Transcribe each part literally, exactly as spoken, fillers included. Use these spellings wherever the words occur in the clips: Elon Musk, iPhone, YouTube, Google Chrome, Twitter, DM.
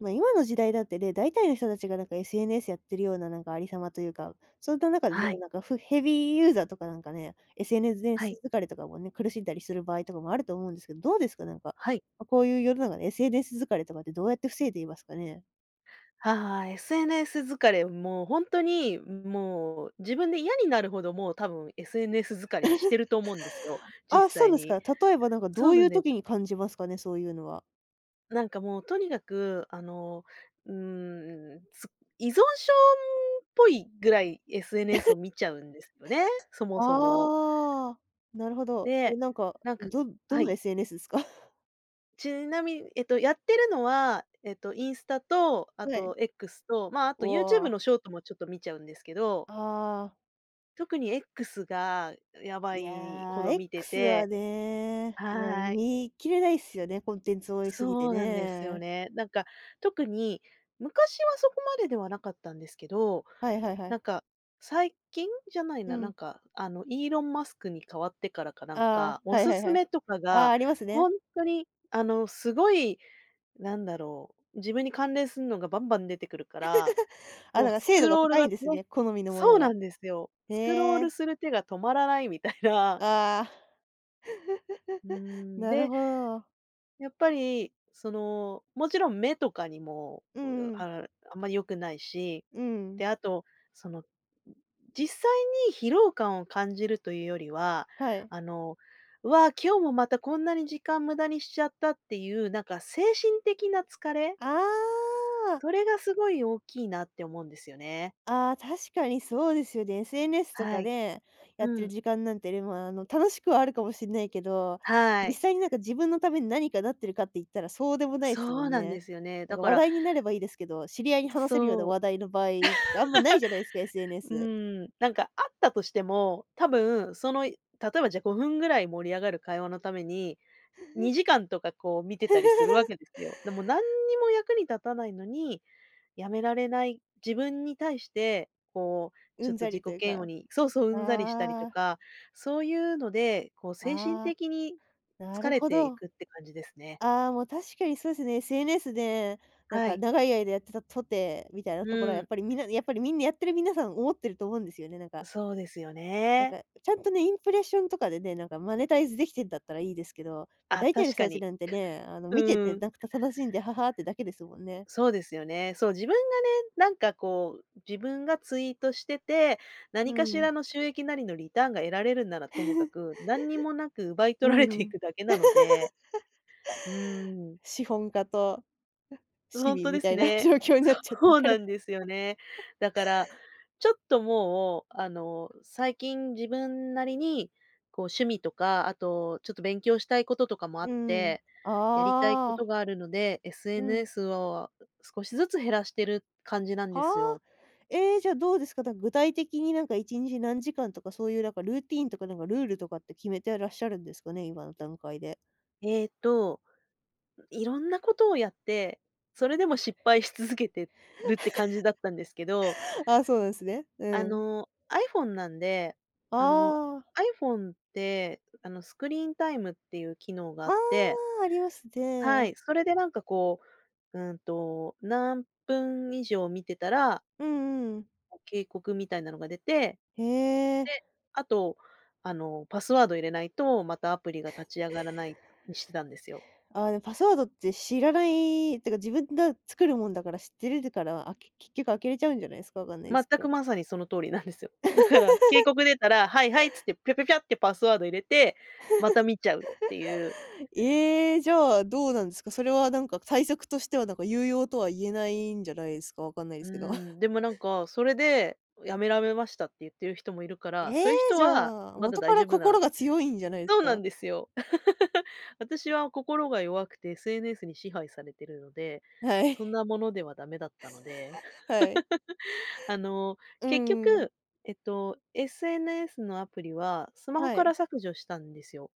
まあ、今の時代だってね、大体の人たちがなんか エスエヌエス やってるようななんかありさまというか、そういった中ではね、い、なんかフヘビーユーザーとかなんかね、はい、エスエヌエス 疲れとかもね、苦しんだりする場合とかもあると思うんですけど、どうですか？なんか、はい。ま、こういう世の中で エスエヌエス 疲れとかってどうやって防いでいますかね？あ、 エスエヌエス 疲れ、もう本当に、もう自分で嫌になるほど、もう多分 エスエヌエス 疲れにしてると思うんですよ、実あ、そう際なんですに。か。例えばなんかどそうういなんうです。時に感じますかね？そういうのは。なんかもうとにかく、あの、うーん、つ依存症っぽいぐらい エスエヌエス を見ちゃうんですよね、そもそも。ああ、なるほど。え、で、なんか、なんか、どどはの い。エスエヌエス ですか？ちなみに、えっと、やってるのは、えっと、インスタと、あはい。と X と、まあ、あおと YouTube ーのショートもちょっと見ちゃうんですけど、ああ。特に X がやばいやいほー、ど見て X はて。ね、まあ、はい。見切れないっすよね、コンテンツ多いすぎてそうなんですよね。ね。なんか、特に昔はそこまでではなかったんですけど、はいはいはない。んか最近じゃないうな、なん。んかあのイーロン・マスクに変わってからかなんあか、あ、おはいすはいはすい。めとかああ、がありますね。本当にあのすごい、なんだろう、自分に関連するのがバンバン出てくるから、あ、もだうからス精ク度がロール高いがんですね、ね、好みのもそのうなが。んですよ。へスクロールえ、する手が止まらないみたいな。ああ、うーん、なるで、ほど。やっぱり、その、もちろん目とかにも、ううんうん。ああんまり良くないし、うん。で、あと、その、実際に疲労感を感じるというよりは、はい。あの、うわ、今日もまたこんなに時間無駄にしちゃったっていう、なんか精神的な疲れ、ああ。それがすごい大きいなって思うんですよね。ああ、確かにそうですよね。エスエヌエス とかはい。でやってうるん。時間なんて、でも、あの、楽しくはあるかもしれないけど、は実い。際になんか自分のために何かなってるかって言ったらそうでもないですもそうんなんね。ですよね。なんだかか話ら、題になればいいですけど、知り合いに話そせるようなう、話題の場合あんまないじゃないですか、う エスエヌエス。ん、なんかあったとしても、多分その、例えばじゃごふんぐらい盛り上がる会話のために、にじかんとかこう見てたりするわけ ですよ。でも何にも役に立たないのに、やめられない、自分に対して、こううちょっんとざ自り己というか。嫌悪に、そうそう、うんざりしたりあとあ、か、そういうので、こう精神ああ、的にな疲るれほていど。くって感じですね。ああ、もう確かにそうですね。エスエヌエス で、なんはかい。長い間やってたとて、みたいなところはうやっん、ぱりみんなやっぱりみんなやってる皆さん思ってると思うんですよね、なんかそうですよなんね。か、ちゃんとね、インプレッションとかでね、なんかマネタイズできてんだったらいいですけど、まあ、大体確の人かたちに。なんてね、あの、見てうてん。なんか楽しんで、ははってだけですもんね。そうですよね。そう、自分がね、なんかこう、自分がツイートしてて、う何かしん。らの収益なりのリターンが得られるならともか く、何にもなく奪いう取らんれうていん。くだけなので、うーん、資本家と市本民当でみたすいな ね。状況になっ ちゃってるそうから。なんですよね。だから、ちょっともう、あの、最近自分なりに、こう趣味とか、あとちょっと勉強したいこととかもあうっん。て、やりたいこああ、とがあるので、うん。エスエヌエス を少しずつ減らしてる感じなんではすあ。よ。えーじゃあどうですか？なんか具体的になんかいちにち何時間とか、そういうなんかルーティーンとか、なんかルールとかって決めてらっしゃるんですかね？今の段階で。えーと、いろんなことをやって、それでも失敗し続けてるって感じだったんですけど、ああ、そうなんですね。うあん。の、iPhone なんで、あの、ああ、iPhone って、あの、スクリーンタイムっていう機能がああって、あ、ありますはね。い、それでなんかこう、うんと、何分以上見てたら、うんうん。警告みたいなのが出て、へえ。で、あと、あの、パスワード入れないと、またアプリが立ち上がらないにしてたんですよ。あー、でもパスワードって知らないてか、自分が作るもんだから知ってるから、あ、け結局開けれちゃうんじゃないですか？わかんないで全すけくど。まさにその通りなんですよ。だから、警告出たら、はいはいっつって、ぴゃぴゃぴゃってパスワード入れて、また見ちゃうっていう。ええ、じゃあ、どうなんですか？それはなんか対策としてはなんか有用とは言えないんじゃないですか？わかんないでうーすけど。ん、でもなんか、それでやめられましたって言ってる人もいるから、えそういうえ、人じはゃあ、まだ元か大ら丈夫な。心が強いんじゃないですそうなか？んですよ。私は心が弱くて エスエヌエス に支配されてるので、はい、そんなものではダメだったので、はい。あの、う結ん局、えっと、エスエヌエス のアプリはスマホはかい。ら削除したんですよ。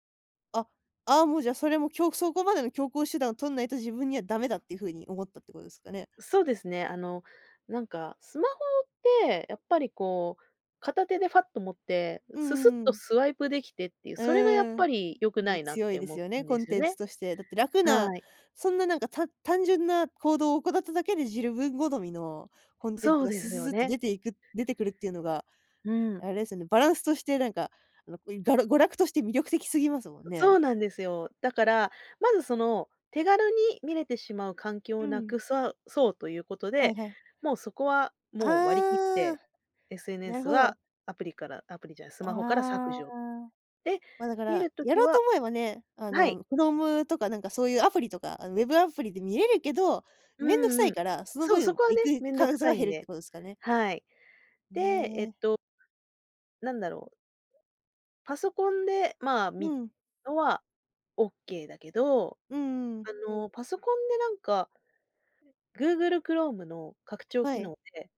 あ、ああもうじゃあそれも強そこまでの強行手段を取んないと自分にはダメだっていうふうに思ったってことですかね？そうですね。あの、なんかスマホって、やっぱりこう、片手でファッと持って、うんスうんスッうとん。スワイプできてっていう、うそれがやっーん。ぱり良くなねいなっ強いてです思ようね、んコでンすよテンツね。として。だって楽な、はい。そんななんか、た単純な行動を行っただけで自分好みのコンテンツそうがでスすススよってね。出ていく出てくるっていうのが、うあん。れですよね、バランスとしてなんか、あの、がら娯楽として魅力的すぎますもんそね。うなんですよ。だから、まずその、手軽に見れてしまう環境うをなん。くさそうということはいで、はい。もうそこはあもう割り切っあ、て、なる エスエヌエス ほど。はアプリから、アプリじゃない、スマホから削あ除。あ。で、ま、だか見ら、るとやきろうとは、思えばね、あはい。の、Chrome とかなんかそういうアプリとか、あの、ウェブアプリで見れるけど、うめんどくさんういん。から、そのそう、そ分こは行ね、くめんどく数さがい減んるってで。ことですかね？はい。で、へえ、え。なんだろう、パソコンで、まあ、う見ん。のはオッケーだけど、うんうん。あの、パソコンでなんか Google Chrome の拡張は機い。能で、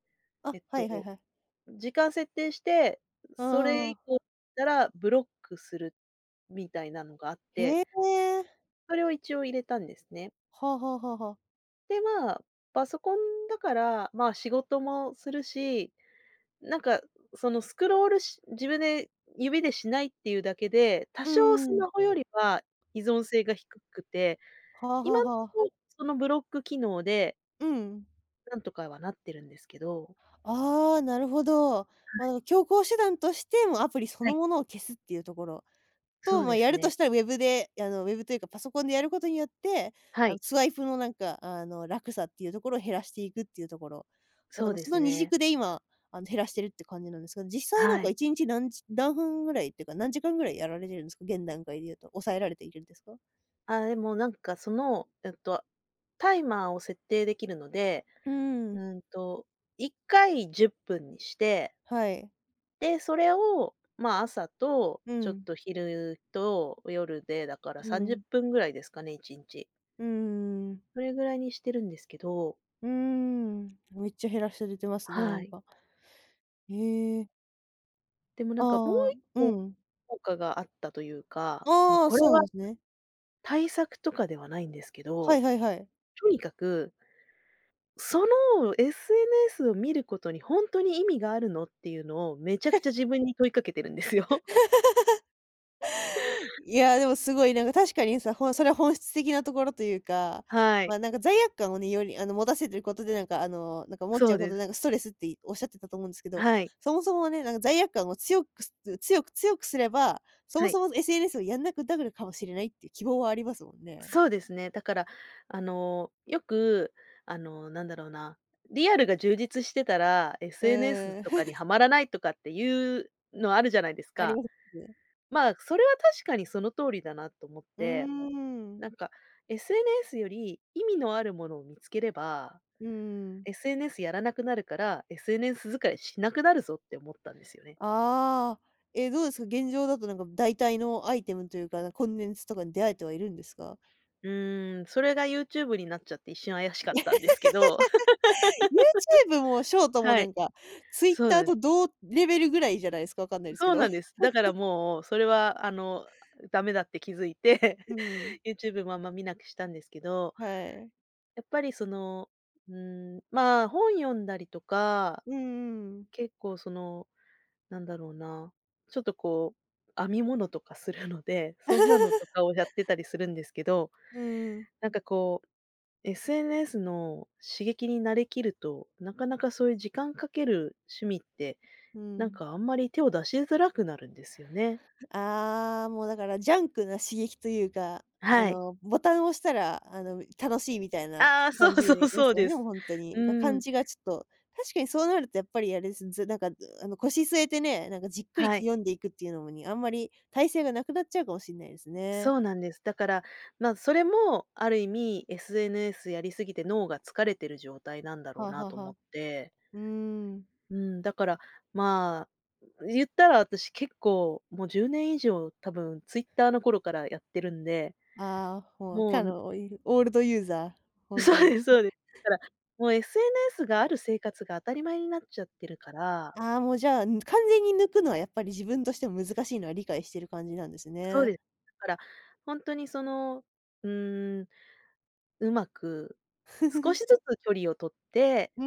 あ、えっはいはいと、はい。時間設定して、あそれ以あ降したらブロックするみたいなのがあっへて、え。それを一応入れたんですね。はあはあはあはあ。で、まあ、パソコンだから、まあ、仕事もするしなんか、そのスクロールし、自分で指でしないっていうだけで、多う少スんうん。マホよりは依存性が低くて、はあはあ今んとはあ。こ、そのブロック機能でうん。なんとかはなってるんですけど。ああ、なるほど。ま、だから強行手段として、もうアプリそはのい、ものを消すっていうところ。そと、うまあ、でやするとね。したらウェブで、あの、ウェブというかパソコンでやることによって、はあの、い、スワイプのなんか、あの、楽さっていうところを減らしていくっていうところ。だそかうらでそすの二ね。軸で今、あの、減らしてるって感じなんですけど実際なんはかい。一日何じ何分ぐらいっていうか、何時間ぐらいやられてるんですか？現段階で言うと。抑えられているんですか？あ、でもなんかその、えっと、タイマーを設定できるので、うーん、うんと、いっかいじゅっぷんにして、はい。で、それを、まあ、朝と、うちょっん、と昼と夜で、だからう30ん、分ぐらいですかね、いちにち。うーん、それぐらいにしてるんですけど、うーん。めっちゃ減らされてますね、なはんい。か。へえ。でもなんかもうああ、一う個ん。効果があったというか、まあ、ああ、こそれうなはんですね。対策とかではないんですけはいど、はいはい。とにかく、その エスエヌエス を見ることに本当に意味があるのっていうのをめちゃくちゃ自分に問いかけてるんですよ。いや、でもすごいなんか確かにさ、ほんそれは本質的なところというか、はまい。あ、なんか罪悪感をね、よりあの持たせてることで、なんかあの、なんか持っちそゃううことでで、す。なんかストレスっておっしゃってたと思うんですけど、はい。そもそもね、なんか罪悪感を強くす強く強くすれば、そもはい。そも エスエヌエス をやんなくなるかもしれないっていう希望はありますもんね。そうですね。だから、あの、よく、あの、なんだろうな、リアルが充実してたら、う エスエヌエス ーん。とかには まらないとかっていうのあるじゃないですありか。ますね。まあ、それは確かにその通りだなと思っ うーて、ん。なんか、エスエヌエス より意味のあるものを見つければ、うーん。エスエヌエス やらなくなるから、エスエヌエス 使いしなくなるぞって思ったんですよね。ああ。えー、どうですか、現状だとなんか代替のアイテムというか、コンテンツとかに出会えてはいるんですか？うーん、それが YouTube になっちゃって一瞬怪しかったんですけど、YouTube もショートもはない。んか、そうな Twitter んでとす。同レベルぐらいじゃないですか、わかんないですけそうど。なんです。だからもう、それはあの、ダメだって気づいて うん。YouTube もあんま見なくしたんですけど、はい。やっぱりその、うん、まあ、本読んだりとか、うんうん。結構その、なんだろうな、ちょっとこう、編み物とかするので、そんなのとかをやってたりするんですけど、うんうん。なんかこう、エスエヌエス の刺激に慣れきると、なかなかそういう時間かける趣味って、なんかあんまり手を出しづらくなるんですよね。ああ、もうだからジャンクな刺激というか、あはい。の、ボタンを押したら、あの、楽しいみたいなああ、そ感うじそでうでそすうよでね、もうす。ほんとうに。が感ん、じがちょっと、確かにそうなるとやっぱりあれです、ずなんか、あの、腰据えてね、なんかじっくりはとい。読んでいくっていうのもに、あんまり耐性がなくなっちゃうかもしんないですね。そうなんです。だから、まあ、それもある意味 エスエヌエス やりすぎて脳が疲れてる状態なんだろはうあはなあとは思あ。って。うーん。うん、だから、まあ、言ったら私結構もうじゅうねん以上多分 Twitter の頃からやってるんで、ああ、もう、もかう のおいオールドユーザー、ほ んとそうに。です、そうです。だから、もう エスエヌエス がある生活が当たり前になっちゃってるから。ああ、もうじゃあ、ん、完全に抜くのはやっぱり自分としても難しいのは理解してる感じなんですそうね。です。だから、本当にその、うーんうまく、少しずつ距離を取ってうー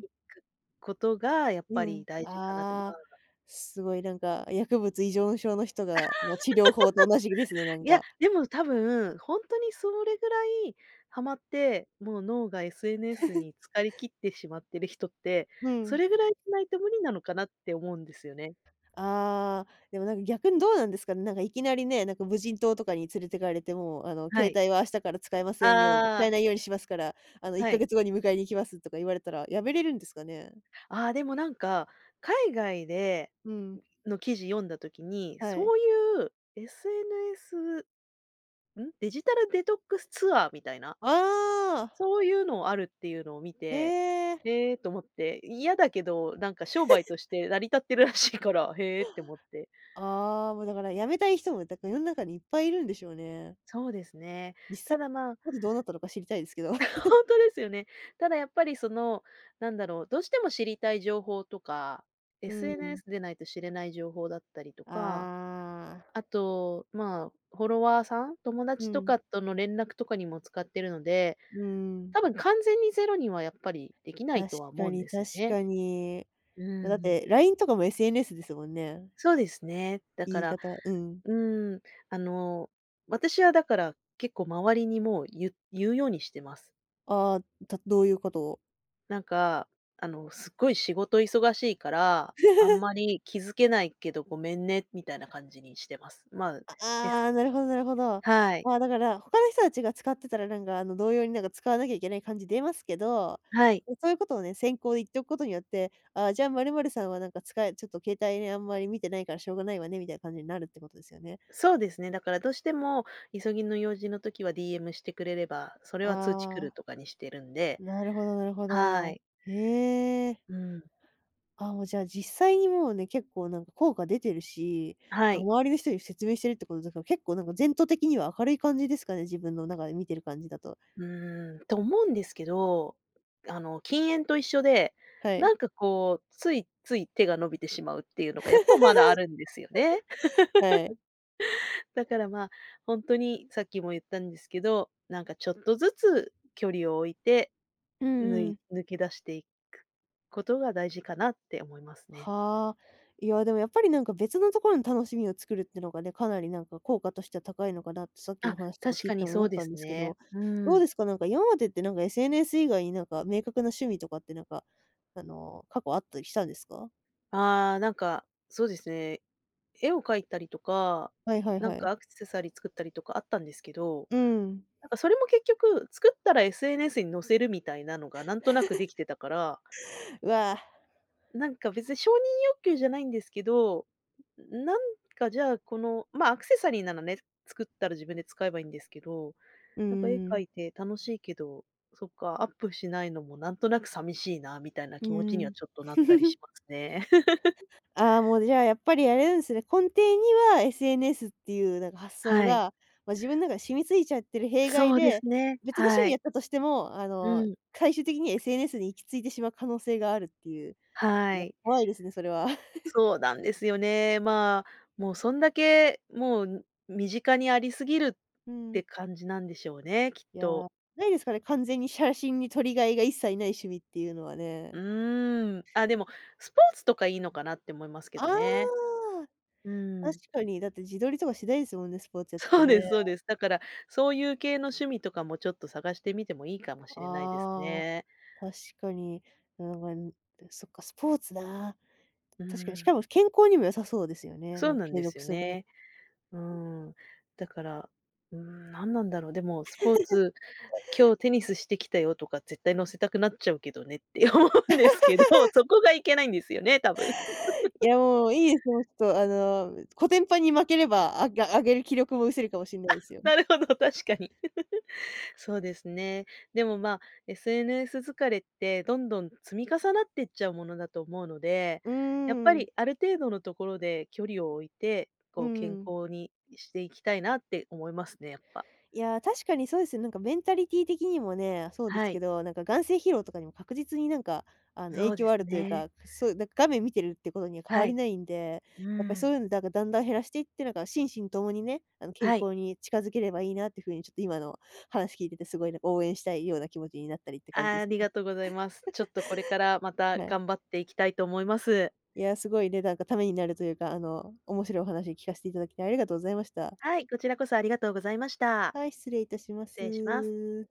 ん。いくことがやっぱうん、り大事かなって、まああ、あ、すごいなんか、薬物依存症の人がの治療法と同じですね、なんいや、か。でも多分、ほんとにそれぐらいハマって、もう脳が エスエヌエス に疲れ切きってしまってる人って、うそん。れぐらいしないと無理なのかなって思うんですよね。ああ、でもなんか逆にどうなんですかね、なんかいきなりね、なんか無人島とかに連れてかれて、もうあのは携い。帯は明日から使えませんように使あえあ、ないようにしますから、あの1はヶい。月後に迎えに行きますとか言われたらやめれるんですかね？ああ、でもなんか、海外でうん。の記事読んだ時に、はい。そういう エスエヌエス ん、デジタルデトックスツアーみたいなああ、そういうのあるっていうのを見へて、え。ええと思って、嫌だけど、なんか商売として成り立ってるらしいから、へえって思って。ああ、もうだから辞めたい人も、だから世の中にいっぱいいるんでしょうね。そうですね。実た際、だまあ、あとどうなったのか知りたいですけど。ほんとですよね。ただやっぱりその、なんだろう、どうしても知りたい情報とか、うん。エスエヌエス でないと知れない情報だったりとか、あああ、と、まあ、フォロワーさん、友う達とん、かとの連絡とかにも使ってるので、うん。多分完全にゼロにはやっぱりできない確とはか思うんにです確よね。かに。うんまうだっん、て ライン とかも エスエヌエス ですもんね。そうですね。だか言いら、方うん。うん、あの、私はだから結構周りにもう言う言うようにしてます。ああ、たどういうことを？なんか、あの、すっごい仕事忙しいから、あん まり気づけないけどごめんねみたいな感じにしてます。まあ、であす。あ、なるほどなるほど。はい。まあ、だから、他の人たちが使ってたら、なんか、あの、同様に、なんか、使わなきゃいけない感じ出ますけど、はい。そういうことをね、先行で言っておくことによって、ああ、じゃあ、〇〇さんは、なんか、使えちょっと携帯ね、あんまり見てないからしょうがないわね、みたいな感じになるってことですよね。そうですね。だからどうしても急ぎの用事の時は ディーエム してくれれば、それは通知来あるあ、とかにしてるんで、なるほどなるほはど。い。へえ。うん。あ、もう、じゃあ、実際にもうね、結構、なんか、効果出てるし、はあ、い。周りの人に説明してるってことだから、結構、なんか、前途的には明るい感じですかね、自分の中で見てる感じだと。うーん、と思うんですけど、あの、禁煙と一緒で、はい。なんかこう、ついつい手が伸びてしまうっていうのがやっぱまだあるんですよね。はい。だからまあ、ほんとにさっきも言ったんですけど、なんかちょっとずつ距離を置いて、うぬんういん。抜け出していくことが大事かなって思いますね。はあ。いや、でもやっぱりなんか別のところの楽しみを作るってのがね、かなりなんか効果としては高いのかなってさっきのあ、話とか確聞いかてにも思そっうでたんですすけど、ね。うどうん。ですか？なんか今までってなんか エスエヌエス 以外になんか明確な趣味とかってなんか、あの、過去あったりしたんですか？ああ、なんか、そうですね。絵を描いたりとか、はいはいなはんかい。アクセサリー作ったりとかあったんですけど、うん。なんかそれも結局、作ったら エスエヌエス に載せるみたいなのがなんとなくできてたから、うわぁ、なんか別に承認欲求じゃないんですけど、なんかじゃあこの、ま、アクセサリーならね、作ったら自分で使えばいいんですけど、うーなんか絵ん。描いて楽しいけど、そっか、アップしないのもなんとなく寂しいなみたいなう気持ちにはん。ちょっとなったりし ますね。ああ、もうじゃあやっぱりあれなんですね、根底には エスエヌエス っていうなんか発想はい。が、まあ、自分の中で染みついちゃってる弊害そうでで、すね。別の趣は味やい。ったとしても、あうの、ん。最終的に エスエヌエス に行き着いてしまう可能性があるっていう。はいや、い。怖いですね、それは。そうなんですよね。まあ、もうそんだけ、もう身近にありすぎるうっん。て感じなんでしょうね、きっいやー、と。ないですかね、完全に写真に撮りがいが一切ない趣味っていうのはね。うーん。あ、でも、スポーツとかいいのかなって思いますけあどね。あ、うー確ん。かに。だって自撮りとかしないですもんね、スポーツやっ てそてうですね。そうです。だから、そういう系の趣味とかもちょっと探してみてもいいかもしれないですああ、ね。確かに。なんか、ん、そっか、スポーツなうーー。確かに、しかん。も健康にも良さそうですよね、そなうんかなん継です続よすること。ね。うーん。だから、うーん、なんなんだろう、でもスポーツ今日テニスしてきたよとか絶対載せたくなっちゃうけどねって思うんですけど、そこがいけないんですよね、多分。いや、もういいですよ、ちょっとあの、コテンパンに負ければ、あが上げる気力も失せるかもしんないです よ。なるほど、確かに。そうですね。でも、まあ、エスエヌエス 疲れってどんどん積み重なってっちゃうものだと思うので、うーやっぱん、りある程度のところで距離を置いて、うこう健ーん。康にしていきたいなって思いますね、やっぱ。いやー、確かにそうですよ。なんかメンタリティ的にもね、そうですはけい。ど、なんか眼精疲労とかにも確実になんか、あの、影そうで響あするというね。か、そう、なんか画面見てるってことには変わはりい。ないんで、うやっぱりそうん。いうのだからだんだん減らしていって、なんか心身ともにね、あの、健はい。康に近づければいいなっていう風にちょっと今の話聞いててすごいなんか応援したいような気持ちになったりって感じであすりね。がとうございます。ちょっとこれからまたはい。頑張っていきたいと思います。いやー、すごいね、なんかためになるというか、あの、面白いお話聞かせていただきありがとうございました。はい、こちらこそありがとうございました。はい、失礼いたしま失礼します。す。